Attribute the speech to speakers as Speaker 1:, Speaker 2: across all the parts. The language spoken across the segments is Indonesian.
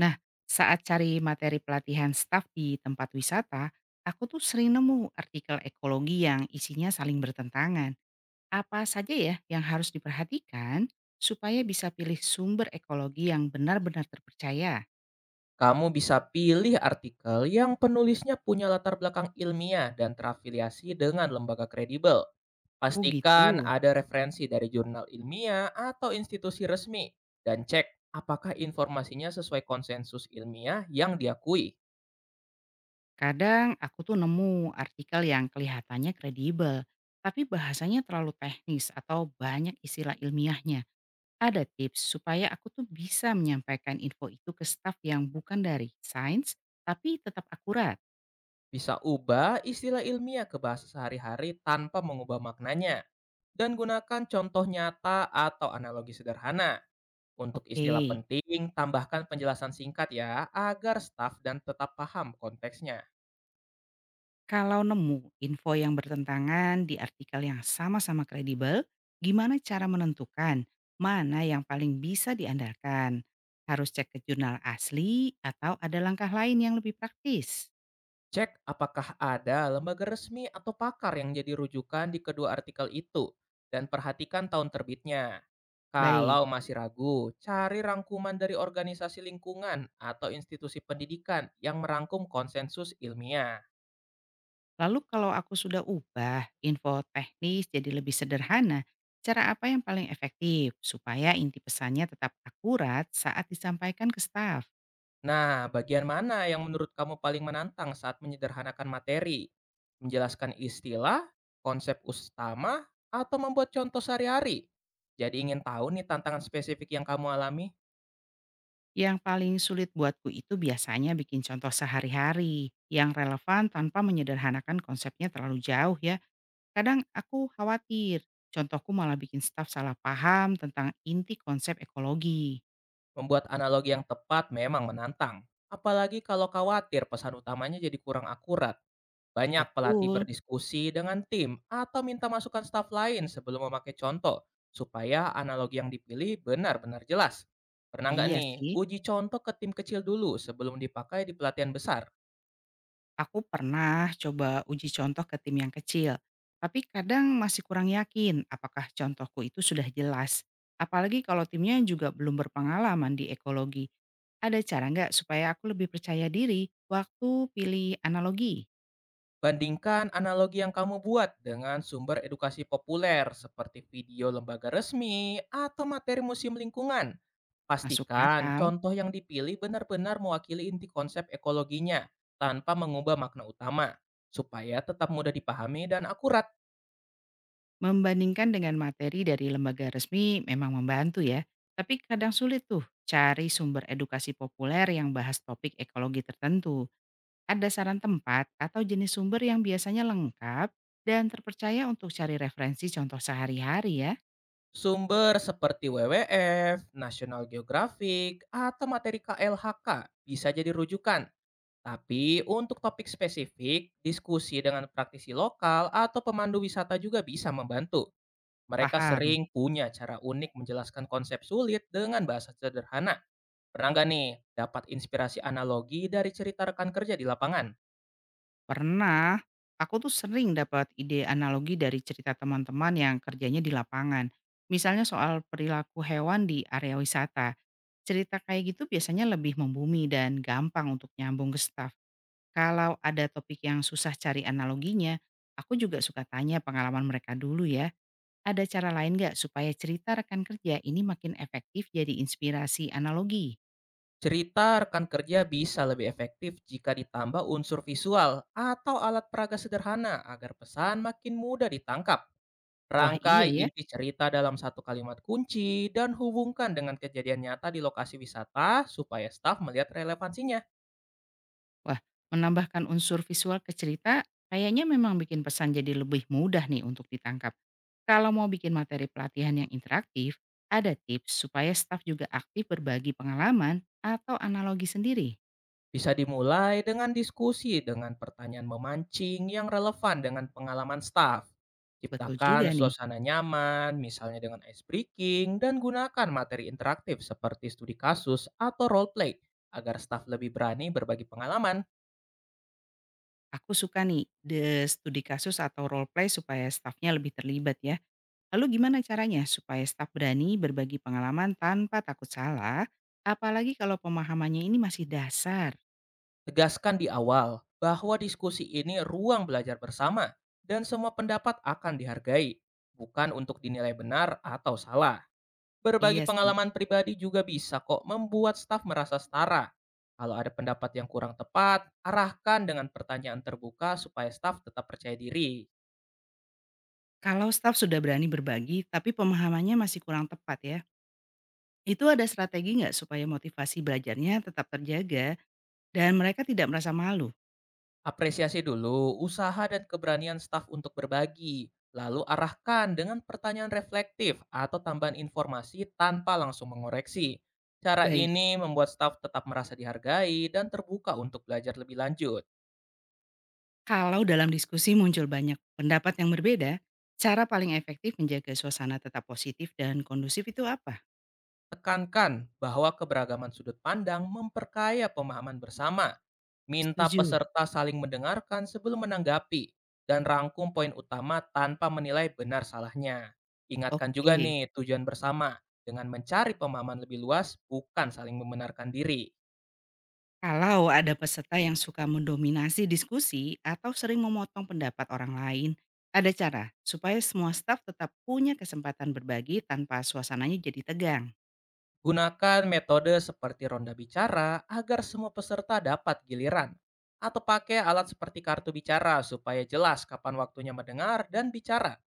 Speaker 1: Nah, saat cari materi pelatihan staf di tempat wisata, aku tuh sering nemu artikel ekologi yang isinya saling bertentangan. Apa saja ya yang harus diperhatikan supaya bisa pilih sumber ekologi yang benar-benar terpercaya?
Speaker 2: Kamu bisa pilih artikel yang penulisnya punya latar belakang ilmiah dan terafiliasi dengan lembaga kredibel.
Speaker 1: Oh
Speaker 2: Pastikan
Speaker 1: gitu.
Speaker 2: ada referensi dari jurnal ilmiah atau institusi resmi, dan cek apakah informasinya sesuai konsensus ilmiah yang diakui.
Speaker 1: Kadang aku tuh nemu artikel yang kelihatannya kredibel, tapi bahasanya terlalu teknis atau banyak istilah ilmiahnya. Ada tips supaya aku tuh bisa menyampaikan info itu ke staf yang bukan dari sains, tapi tetap akurat.
Speaker 2: Bisa ubah istilah ilmiah ke bahasa sehari-hari tanpa mengubah maknanya. Dan gunakan contoh nyata atau analogi sederhana. Untuk istilah
Speaker 1: Oke,
Speaker 2: penting, tambahkan penjelasan singkat ya, agar staf dan tetap paham konteksnya.
Speaker 1: kalau nemu info yang bertentangan di artikel yang sama-sama kredibel, gimana cara menentukan mana yang paling bisa diandalkan? Harus cek ke jurnal asli atau ada langkah lain yang lebih praktis?
Speaker 2: Cek apakah ada lembaga resmi atau pakar yang jadi rujukan di kedua artikel itu, dan perhatikan tahun terbitnya.
Speaker 1: Baik.
Speaker 2: Kalau masih ragu, cari rangkuman dari organisasi lingkungan atau institusi pendidikan yang merangkum konsensus ilmiah.
Speaker 1: Lalu kalau aku sudah ubah info teknis jadi lebih sederhana, cara apa yang paling efektif supaya inti pesannya tetap akurat saat disampaikan ke staf?
Speaker 2: Nah, bagian mana yang menurut kamu paling menantang saat menyederhanakan materi? Menjelaskan istilah, konsep utama, atau membuat contoh sehari-hari? Jadi ingin tahu nih tantangan spesifik yang kamu alami?
Speaker 1: Yang paling sulit buatku itu biasanya bikin contoh sehari-hari yang relevan tanpa menyederhanakan konsepnya terlalu jauh ya. Kadang aku khawatir contohku malah bikin staf salah paham tentang inti konsep ekologi.
Speaker 2: Membuat analogi yang tepat memang menantang. Apalagi kalau khawatir pesan utamanya jadi kurang akurat. Banyak pelatih
Speaker 1: Betul,
Speaker 2: berdiskusi dengan tim atau minta masukan staf lain sebelum memakai contoh, supaya analogi yang dipilih benar-benar jelas. Pernah nggak
Speaker 1: iya
Speaker 2: nih
Speaker 1: sih.
Speaker 2: uji contoh ke tim kecil dulu sebelum dipakai di pelatihan besar?
Speaker 1: Aku pernah coba uji contoh ke tim yang kecil, tapi kadang masih kurang yakin apakah contohku itu sudah jelas. Apalagi kalau timnya juga belum berpengalaman di ekologi. Ada cara nggak supaya aku lebih percaya diri waktu pilih analogi?
Speaker 2: Bandingkan analogi yang kamu buat dengan sumber edukasi populer seperti video lembaga resmi atau materi museum lingkungan.
Speaker 1: Masuk
Speaker 2: Pastikan
Speaker 1: akal,
Speaker 2: contoh yang dipilih benar-benar mewakili inti konsep ekologinya tanpa mengubah makna utama, supaya tetap mudah dipahami dan akurat.
Speaker 1: membandingkan dengan materi dari lembaga resmi memang membantu ya. Tapi kadang sulit tuh cari sumber edukasi populer yang bahas topik ekologi tertentu. Ada saran tempat atau jenis sumber yang biasanya lengkap dan terpercaya untuk cari referensi contoh sehari-hari ya?
Speaker 2: Sumber seperti WWF, National Geographic, atau materi KLHK bisa jadi rujukan. Tapi untuk topik spesifik, diskusi dengan praktisi lokal atau pemandu wisata juga bisa membantu. Mereka
Speaker 1: Paham.
Speaker 2: sering punya cara unik menjelaskan konsep sulit dengan bahasa sederhana. Pernah nggak nih dapat inspirasi analogi dari cerita rekan kerja di lapangan?
Speaker 1: Pernah, aku tuh sering dapat ide analogi dari cerita teman-teman yang kerjanya di lapangan. Misalnya soal perilaku hewan di area wisata. Cerita kayak gitu biasanya lebih membumi dan gampang untuk nyambung ke staff. Kalau ada topik yang susah cari analoginya, aku juga suka tanya pengalaman mereka dulu ya. Ada cara lain nggak supaya cerita rekan kerja ini makin efektif jadi inspirasi analogi?
Speaker 2: Cerita rekan kerja bisa lebih efektif jika ditambah unsur visual atau alat peraga sederhana, agar pesan makin mudah ditangkap.
Speaker 1: Wah iya
Speaker 2: Rangkai
Speaker 1: ya,
Speaker 2: inti cerita dalam satu kalimat kunci dan hubungkan dengan kejadian nyata di lokasi wisata supaya staf melihat relevansinya.
Speaker 1: wah menambahkan unsur visual ke cerita kayaknya memang bikin pesan jadi lebih mudah nih untuk ditangkap. Kalau mau bikin materi pelatihan yang interaktif, ada tips supaya staf juga aktif berbagi pengalaman atau analogi sendiri.
Speaker 2: Bisa dimulai dengan diskusi dengan pertanyaan memancing yang relevan dengan pengalaman staf.
Speaker 1: Betul juga
Speaker 2: Ciptakan
Speaker 1: nih,
Speaker 2: suasana nyaman, misalnya dengan ice breaking, dan gunakan materi interaktif seperti studi kasus atau role play, agar staf lebih berani berbagi pengalaman.
Speaker 1: aku suka nih studi kasus atau role play supaya stafnya lebih terlibat ya. Lalu gimana caranya supaya staf berani berbagi pengalaman tanpa takut salah, apalagi kalau pemahamannya ini masih dasar?
Speaker 2: Tegaskan di awal bahwa diskusi ini ruang belajar bersama dan semua pendapat akan dihargai, bukan untuk dinilai benar atau salah. Berbagi
Speaker 1: Iya sih,
Speaker 2: pengalaman pribadi juga bisa kok membuat staf merasa setara. Kalau ada pendapat yang kurang tepat, arahkan dengan pertanyaan terbuka supaya staf tetap percaya diri.
Speaker 1: kalau staf sudah berani berbagi tapi pemahamannya masih kurang tepat ya, itu ada strategi nggak supaya motivasi belajarnya tetap terjaga dan mereka tidak merasa malu?
Speaker 2: Apresiasi dulu usaha dan keberanian staf untuk berbagi, lalu arahkan dengan pertanyaan reflektif atau tambahan informasi tanpa langsung mengoreksi. Cara
Speaker 1: Baik,
Speaker 2: ini membuat staf tetap merasa dihargai dan terbuka untuk belajar lebih lanjut.
Speaker 1: kalau dalam diskusi muncul banyak pendapat yang berbeda, cara paling efektif menjaga suasana tetap positif dan kondusif itu apa?
Speaker 2: Tekankan bahwa keberagaman sudut pandang memperkaya pemahaman bersama. Minta
Speaker 1: Setuju.
Speaker 2: peserta saling mendengarkan sebelum menanggapi, dan rangkum poin utama tanpa menilai benar salahnya. Ingatkan juga
Speaker 1: Oke.
Speaker 2: nih tujuan bersama dengan mencari pemahaman lebih luas, bukan saling membenarkan diri.
Speaker 1: Kalau ada peserta yang suka mendominasi diskusi atau sering memotong pendapat orang lain, ada cara supaya semua staf tetap punya kesempatan berbagi tanpa suasananya jadi tegang.
Speaker 2: Gunakan metode seperti ronda bicara agar semua peserta dapat giliran. Atau pakai alat seperti kartu bicara supaya jelas kapan waktunya mendengar dan bicara.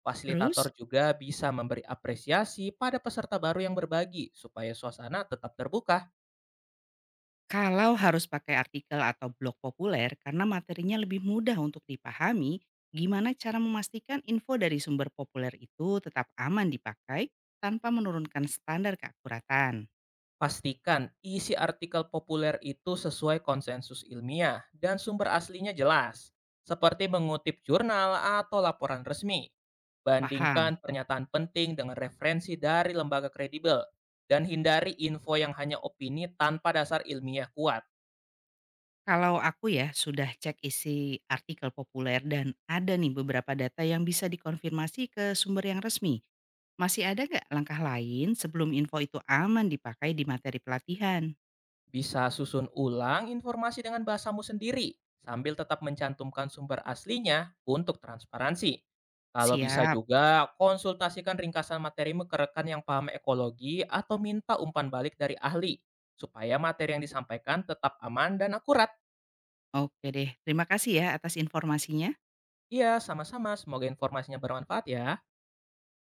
Speaker 2: Fasilitator
Speaker 1: Terus,
Speaker 2: juga bisa memberi apresiasi pada peserta baru yang berbagi supaya suasana tetap terbuka.
Speaker 1: kalau harus pakai artikel atau blog populer karena materinya lebih mudah untuk dipahami, gimana cara memastikan info dari sumber populer itu tetap aman dipakai tanpa menurunkan standar keakuratan?
Speaker 2: Pastikan isi artikel populer itu sesuai konsensus ilmiah dan sumber aslinya jelas, seperti mengutip jurnal atau laporan resmi.
Speaker 1: Paham?
Speaker 2: Bandingkan pernyataan penting dengan referensi dari lembaga kredibel, dan hindari info yang hanya opini tanpa dasar ilmiah kuat.
Speaker 1: Kalau aku ya sudah cek isi artikel populer dan ada nih beberapa data yang bisa dikonfirmasi ke sumber yang resmi. Masih ada nggak langkah lain sebelum info itu aman dipakai di materi pelatihan?
Speaker 2: Bisa susun ulang informasi dengan bahasamu sendiri sambil tetap mencantumkan sumber aslinya untuk transparansi. Kalau bisa,
Speaker 1: Siap.
Speaker 2: juga konsultasikan ringkasan materimu ke rekan yang paham ekologi atau minta umpan balik dari ahli supaya materi yang disampaikan tetap aman dan akurat.
Speaker 1: Oke deh. Terima kasih ya atas informasinya.
Speaker 2: Iya, sama-sama. Semoga informasinya bermanfaat ya.